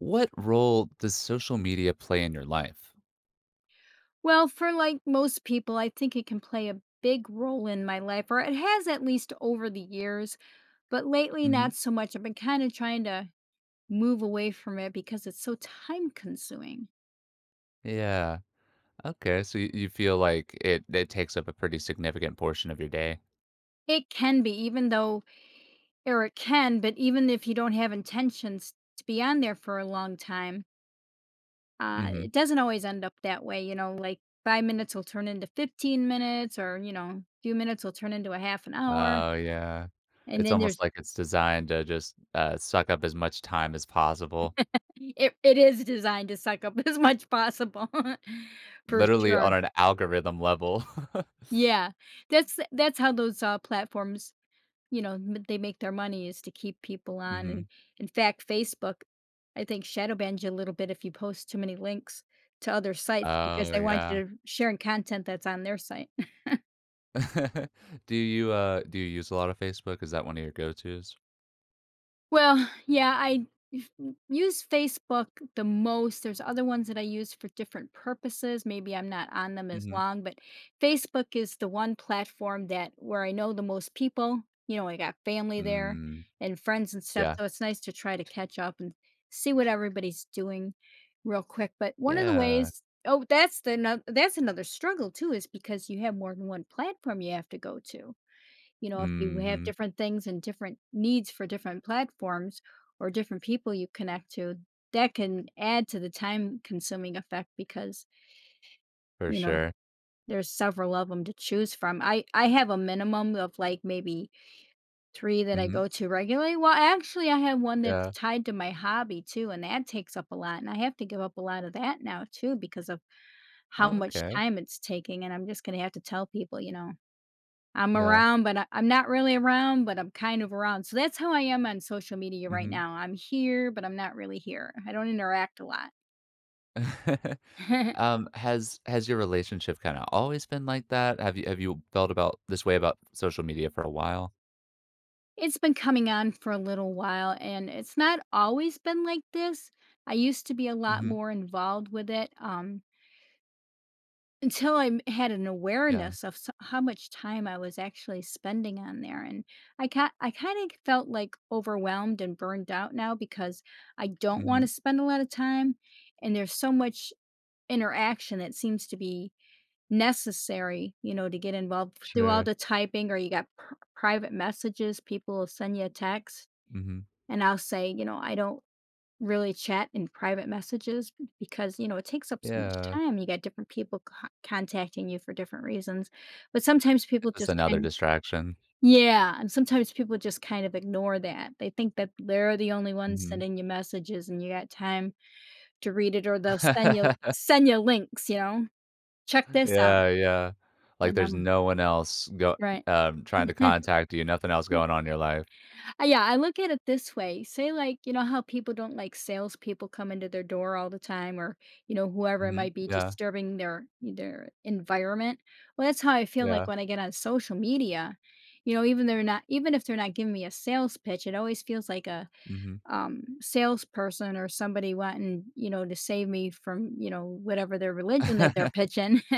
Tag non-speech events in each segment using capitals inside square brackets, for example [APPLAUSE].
What role does social media play in your life? Well, for like most people, I think it can play a big role in my life, or it has at least over the years, but lately Hmm. not so much. I've been kind of trying to move away from it because it's so time consuming. Yeah. Okay. So you feel like it takes up a pretty significant portion of your day. It can be, even though, or it can, but even if you don't have intentions to be on there for a long time, Hmm. it doesn't always end up that way. You know, like 5 minutes will turn into 15 minutes, or, you know, a few minutes will turn into a half an hour. Oh yeah. And It's then almost there's like it's designed to just suck up as much time as possible, it is designed to suck up [LAUGHS] as much possible, [LAUGHS] for literally sure. on an algorithm level. Yeah, that's how those, platforms, you know, m they make their money is to keep people [LAUGHS] on, and hmm. in fact, Facebook, I think, shadow bans you a little bit if you post too many links to other sites because Oh they want yeah. you to sharing content that's on their site. [LAUGHS] Do you use a lot of Facebook? Is that one of your go-tos? Well, yeah, I f- use Facebook the most. There's other ones that I use for different purposes. Maybe I'm not on them as Hmm. long, but Facebook is the one platform that where I know the most people. You know, I got family there Mm, and friends and stuff, yeah. so it's nice to try to catch up and see what everybody's doing real quick. But one of the Yeah. ways Oh, that's the no, that's another struggle too is because you have more than one platform you have to go to. You know, if you have Hmm. different things and different needs for different platforms or different people you connect to, that can add to the time consuming effect because, For you know, sure. there's several of them to choose from. I have a minimum of like maybe 3 that I Mm-hmm. go to regularly. Well, actually I have one that's Yeah. tied to my hobby too, and that takes up a lot, and I have to give up a lot of that now too because of how much Okay. time it's taking, and I'm just gonna have to tell people, you know. I'm Yeah. around, but I'm not really around, but I'm kind of around. So that's how I am on social media right Mhm. now. I'm here, but I'm not really here. I don't interact a lot. [LAUGHS] [LAUGHS] Has your relationship kinda always been like that? Have you felt about this way about social media for a while? It's been coming on for a little while, and it's not always been like this. I used to be a lot Mhm. more involved with it, until I m had an Yeah. awareness of s how much time I was actually spending on there, and I kinda felt, like, overwhelmed and burned out now because I don't wanna Mhm. spend a lot of time, and there's so much interaction that seems to be necessary, you know, to get involved through all Sure. the typing or you got private messages, people will send you a text Mhm. and I'll say, you know, I don't really chat in private messages because, you know, it takes up so much Yeah. time. You got different people contacting you for different reasons. But sometimes It's people just just another kind of, distraction. yeah, and sometimes people just kind of ignore that. They think that they're the only ones Mhm. sending you messages and you got time to read it or they'll [LAUGHS] send you links, you know. Check this out. Yeah, yeah. Like, And there's no one else go right. Trying to [LAUGHS] contact you, nothing else going on in your life. Yeah, I look at it this way. Say like, you know how people don't like salespeople come into their door all the time or, you know, whoever it Mhm. might be Yeah. disturbing their environment. Well, that's how I feel like Yeah. when I get on social media. You know, even if they're not giving me a sales pitch, it always feels like a Mhm. Salesperson or somebody wanting, you know, to save me from, you know, whatever their religion that they're [LAUGHS] pitching. [LAUGHS]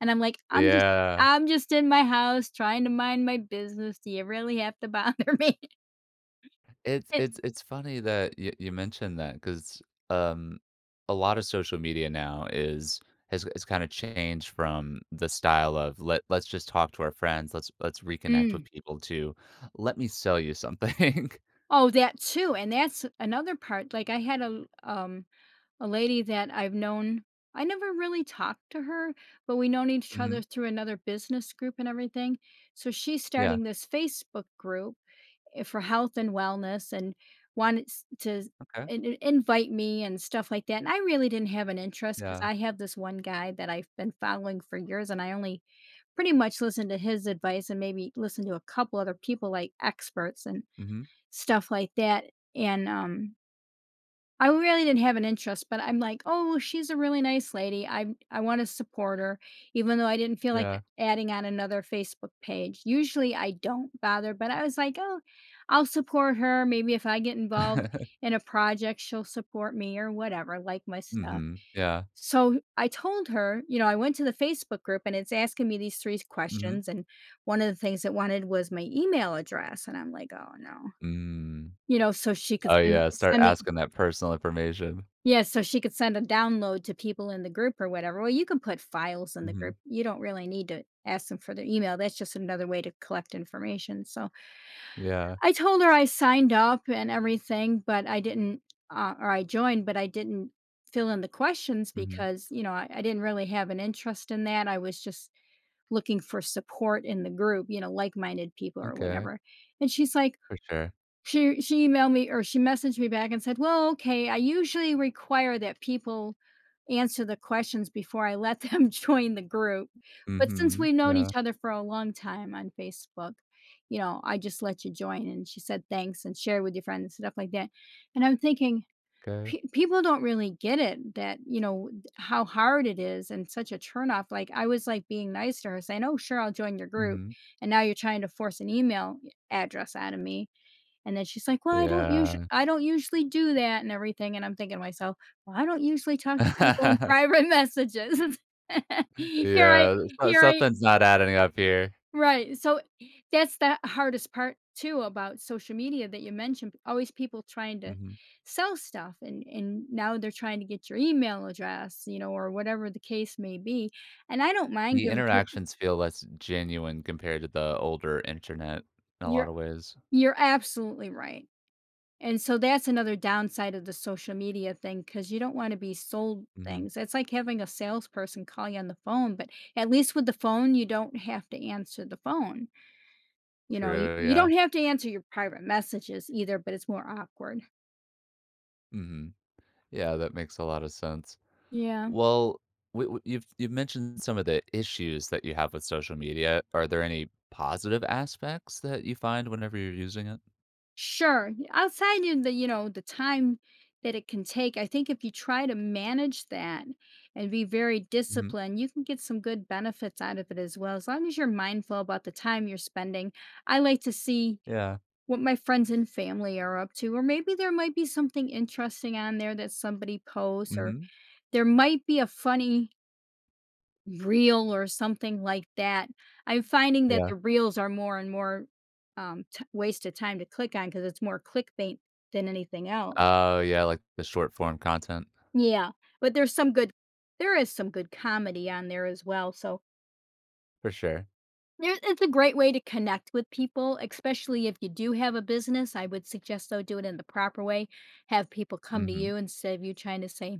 And I'm like, Yeah. I'm just in my house trying to mind my business. Do you really have to bother me? It's it's [LAUGHS] it's funny that you mentioned that because um, a lot of social media now is has kinda changed from the style of let's just talk to our friends, let's reconnect with Mm. people to, "Let me sell you something." [LAUGHS] Oh, that too. And that's another part. Like I had a lady that I've known. I never really talked to her, but we known each Mhm. other through another business group and everything. So she's Yeah. starting this Facebook group for health and wellness and wanted to Okay. Invite me and stuff like that. And I really didn't have an interest because Yeah. I have this one guy that I've been following for years and I only pretty much listen to his advice and maybe listen to a couple other people like experts and Mhm. stuff like that. And I really didn't have an interest, but I'm like, "Oh, she's a really nice lady. I wanna support her," even though I didn't feel like Yeah. adding on another Facebook page. Usually, I don't bother, but I was like, "Oh, I'll support her. Maybe if I get involved [LAUGHS] in a project, she'll support me or whatever, like my stuff." Mhm. Yeah. So, I told her, you know, I went to the Facebook group, and it's asking me these 3 Mhm. questions, and one of the things it wanted was my email address, and I'm like, "Oh, no." Mm. You know, so she could Oh, yeah, start send me asking that personal information. yeah, so she could send a download to people in the group or whatever. Well, you can put files in the Mhm. group. You don't really need to ask them for their email. That's just another way to collect information. So Yeah. I told her I signed up and everything, but I didn't, or I joined, but I didn't fill in the questions Mhm. because, you know, I didn't really have an interest in that. I was just looking for support in the group, you know, like minded people or Okay. whatever. And she's like, For sure. She emailed me or she messaged me back and said, "Well, okay, I usually require that people answer the questions before I let them [LAUGHS] join the group, but since Mhm. we've known Okay. each other for a long time on Facebook, you know, I just let you join." And she said, "Thanks," and share with your friends and stuff like that. And I'm thinking, 'Kay. pe people don't really get it that, you know, how hard it is and such a turnoff. Like, I was, like, being nice to her saying, "Oh, sure, I'll join your group," Mhm. and now you're trying to force an email address out of me. And then she's like, "Well, Yeah. I don't usually do that and everything," and I'm thinking to myself, "Well, I don't usually talk to people in [LAUGHS] private messages." [LAUGHS] Here I Yeah, so here I something's not adding up here. Right, so that's the hardest part too about social media that you mentioned, always people trying to Mhm. sell stuff and now they're trying to get your email address, you know, or whatever the case may be, and I don't mind The giving peop interactions feel less genuine compared to the older internet in a lot You're of ways. you're absolutely right. And so that's another downside of the social media thing because you don't want to be sold Mhm. things. It's like having a salesperson call you on the phone, but at least with the phone, you don't have to answer the phone. You know, True, you yeah. don't have to answer your private messages either, but it's more awkward. Mhm. Yeah, that makes a lot of sense. Yeah, Well, w w you've mentioned some of the issues that you have with social media. Are there any positive aspects that you find whenever you're using it? sure. Outside of the, you know, the time that it can take, I think if you try to manage that and be very Mhm. disciplined, you can get some good benefits out of it as well. As long as you're mindful about the time you're spending, I like to see Yeah. what my friends and family are up to, or maybe there might be something interesting on there that somebody posts, or Mhm. there might be a funny reel or something like that. I'm finding that Yeah. the reels are more and more waste of time to click on because it's more clickbait than anything else. Oh, yeah, like the short form content. Yeah, but there is some good comedy on there as well. So For sure. There it's a great way to connect with people, especially if you do have a business. I would suggest, though, do it in the proper way. Have people come to Mhm. you instead of you trying to say,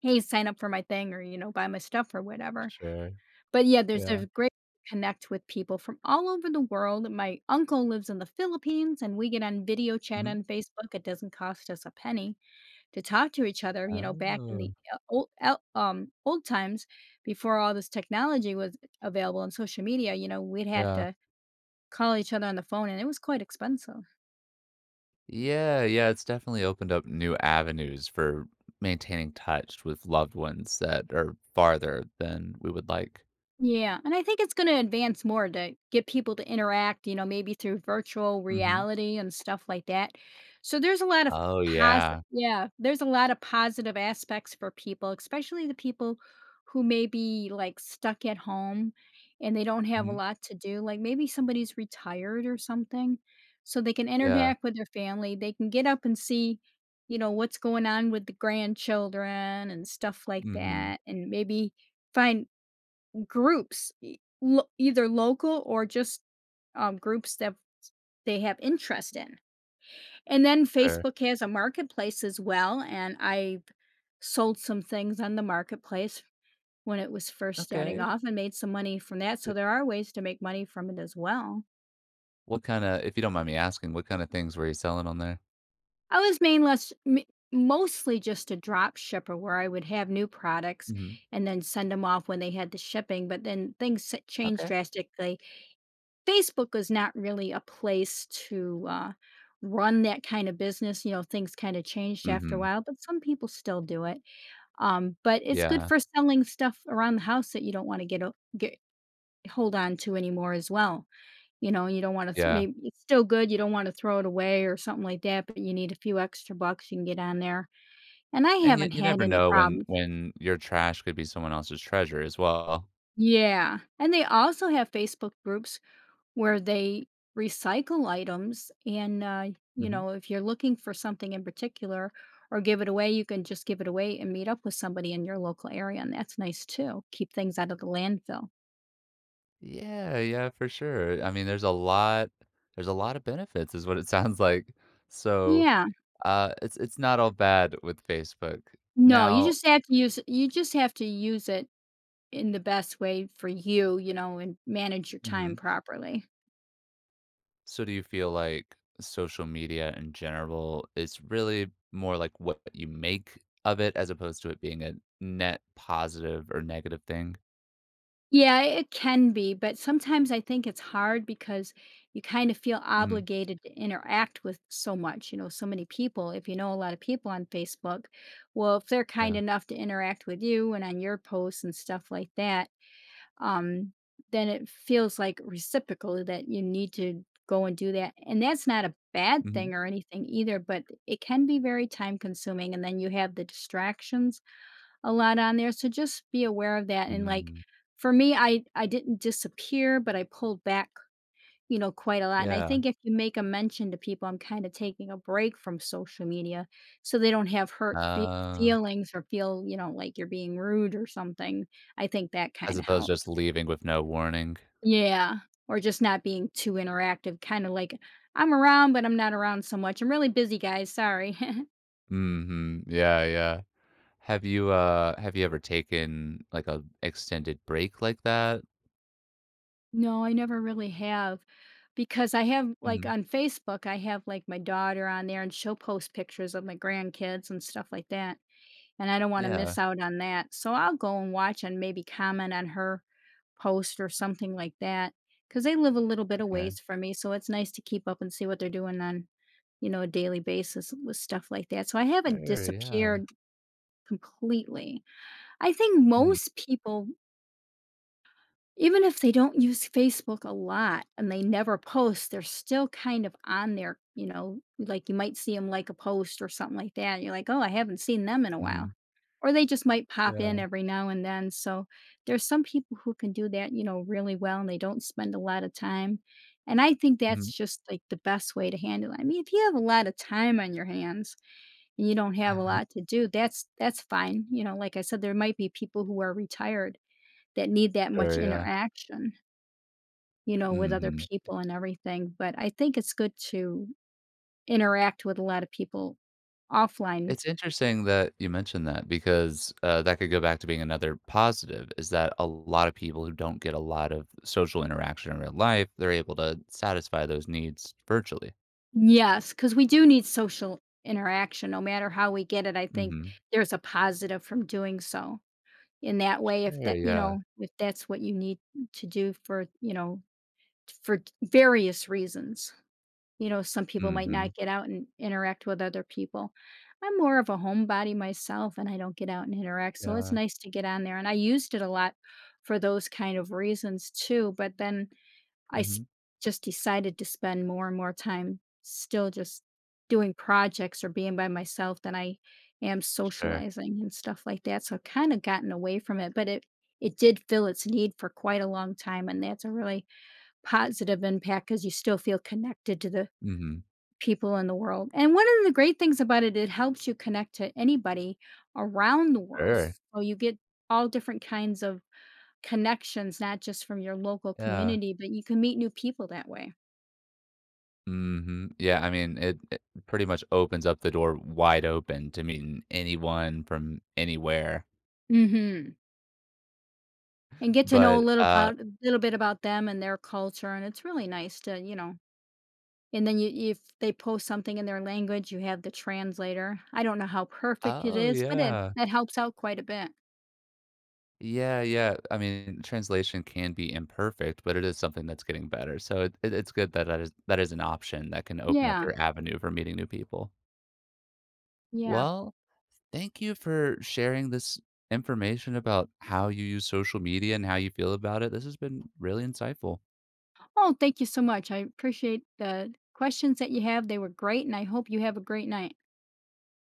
"Hey, sign up for my thing," or, you know, "Buy my stuff," or whatever. Sure. But, yeah, there's Yeah. a great connect with people from all over the world. My uncle lives in the Philippines, and we get on video chat Mhm. on Facebook. It doesn't cost us a penny to talk to each other, you know, back in the, Oh, old times before all this technology was available on social media, you know, we'd have yeah. to call each other on the phone, and it was quite expensive. Yeah, yeah, it's definitely opened up new avenues for maintaining touch with loved ones that are farther than we would like. Yeah, and I think it's going to advance more to get people to interact, you know, maybe through virtual Mhm. reality and stuff like that. So there's a lot of Oh, positive, yeah. yeah, there's a lot of positive aspects for people, especially the people who may be like stuck at home and they don't have a Mhm. lot to do, like maybe somebody's retired or something. So they can Yeah. interact with their family, they can get up and see what's going on with the grandchildren and stuff like Mhm. that and maybe find groups, e lo either local or just, groups that they have interest in, and then Sure. Facebook has a marketplace as well, and I sold some things on the marketplace when it was first starting Okay. off and made some money from that, so Th there are ways to make money from it as well. what kinda, if you don't mind me asking, what kinda things were you selling on there? I was mainly mostly just a drop shipper where I would have new products Mhm. and then send them off when they had the shipping, but then things s changed Okay. drastically. Facebook was not really a place to, run that kind of business. Things kinda changed after a Mhm. while, but some people still do it. But it's good Yeah. for selling stuff around the house that you don't wanna get hold on to anymore as well. You don't wanna th Yeah. maybe it's still good, you don't wanna throw it away or something like that, but you need a few extra bucks, you can get on there, and I And you haven't you had never any know problems. when your trash could be someone else's treasure as well. Yeah, and they also have Facebook groups where they recycle items, and you Mhm. know, if you're looking for something in particular or give it away, you can just give it away and meet up with somebody in your local area, and that's nice too, keep things out of the landfill. Yeah, yeah, for sure. I mean, there's a lot of benefits is what it [LAUGHS] sounds like. So, Yeah. It's not all bad with Facebook. No, you Now just have to use, you just have to use it in the best way for you, you know, and manage your time Mhm. properly. So do you feel like social media in general is really more like what you make of it as opposed to it being a net positive or negative thing? Yeah, it can be, but sometimes I think it's hard because you kind of feel Mhm. obligated to interact with so much, you know, so many people. If you know a lot of people on Facebook, well, if they're kind Yeah. enough to interact with you and on your posts and stuff like that, um, then it feels like reciprocal that you need to go and do that. And that's not a bad Mhm. thing or anything either, but it can be very time consuming. And then you have the distractions a lot on there, so just be aware of that. And, like, Mm. for me, I didn't disappear, but I pulled back, you know, quite a lot. And I Yeah. think if you make a mention to people, I'm kinda taking a break from social media so they don't have hurt Uh, feelings or feel, you know, like you're being rude or something. I think that as kinda opposed to helps. just leaving with no warning. Yeah, or just not being too interactive, kinda like, "I'm around, but I'm not around so much. I'm really busy, guys, sorry." [LAUGHS] Mhm. Yeah, yeah. Have you ever taken, like, a extended break like that? No, I never really have because I have like Mhm. on Facebook, I have like my daughter on there and she'll post pictures of my grandkids and stuff like that. And I don't want to Yeah, miss out on that. So I'll go and watch and maybe comment on her post or something like that because they live a little bit of okay. ways from me. So it's nice to keep up and see what they're doing on, you know, a daily basis with stuff like that. So I haven't Sure, yeah. disappeared completely. I think Mhm, most people, even if they don't use Facebook a lot and they never post, they're still kind of on there. You know, like, you might see them like a post or something like that. You're like, oh, I haven't seen them in a while. mhm. Or they just might pop Yeah, in every now and then. So there's some people who can do that, you know, really well, and they don't spend a lot of time. And I think that's mhm. just like the best way to handle it. I mean, if you have a lot of time on your hands and you don't have a lot [LAUGHS] to do, that's fine. You know, like I said, there might be people who are retired that need that much Sure, yeah. interaction, you know, with other Mhm. people and everything. But I think it's good to interact with a lot of people offline. It's interesting that you mentioned that because, that could go back to being another positive, is that a lot of people who don't get a lot of social interaction in real life, they're able to satisfy those needs virtually. Yes, because we do need social interaction. No matter how we get it, I think Mhm. there's a positive from doing so. In that way, if Sure, that, you yeah. know, if that's what you need to do for, you know, for various reasons. You know, some people might not Mhm. get out and interact with other people. I'm more of a homebody myself, and I don't get out and interact, so it's Yeah. nice to get on there, and I used it a lot for those kind of reasons too. But then I s Mhm. just decided to spend more and more time still just doing projects or being by myself than I am Sure. socializing and stuff like that, so I've kinda gotten away from it. But it did fill its need for quite a long time, and that's a really positive impact because you still feel connected to the Mhm. people in the world. And one of the great things about it, it helps you connect to anybody around the world. Sure. So you get all different kinds of connections, not just from your local Yeah. community, but you can meet new people that way. Mhm. Yeah, I mean, it pretty much opens up the door wide open to meeting anyone from anywhere. Mhm. And get to know a But, little uh about, a little bit about them and their culture, and it's really nice to, you know. And then you if they post something in their language, you have the translator. I don't know how perfect it oh, is, but it, yeah. that helps out quite a bit. Yeah, yeah. I mean, translation can be imperfect, but it is something that's getting better. So it's good that that is an option that can open up Yeah. your avenue for meeting new people. Yeah. Well, thank you for sharing this information about how you use social media and how you feel about it. This has been really insightful. Oh, thank you so much. I appreciate the questions that you have. They were great, and I hope you have a great night.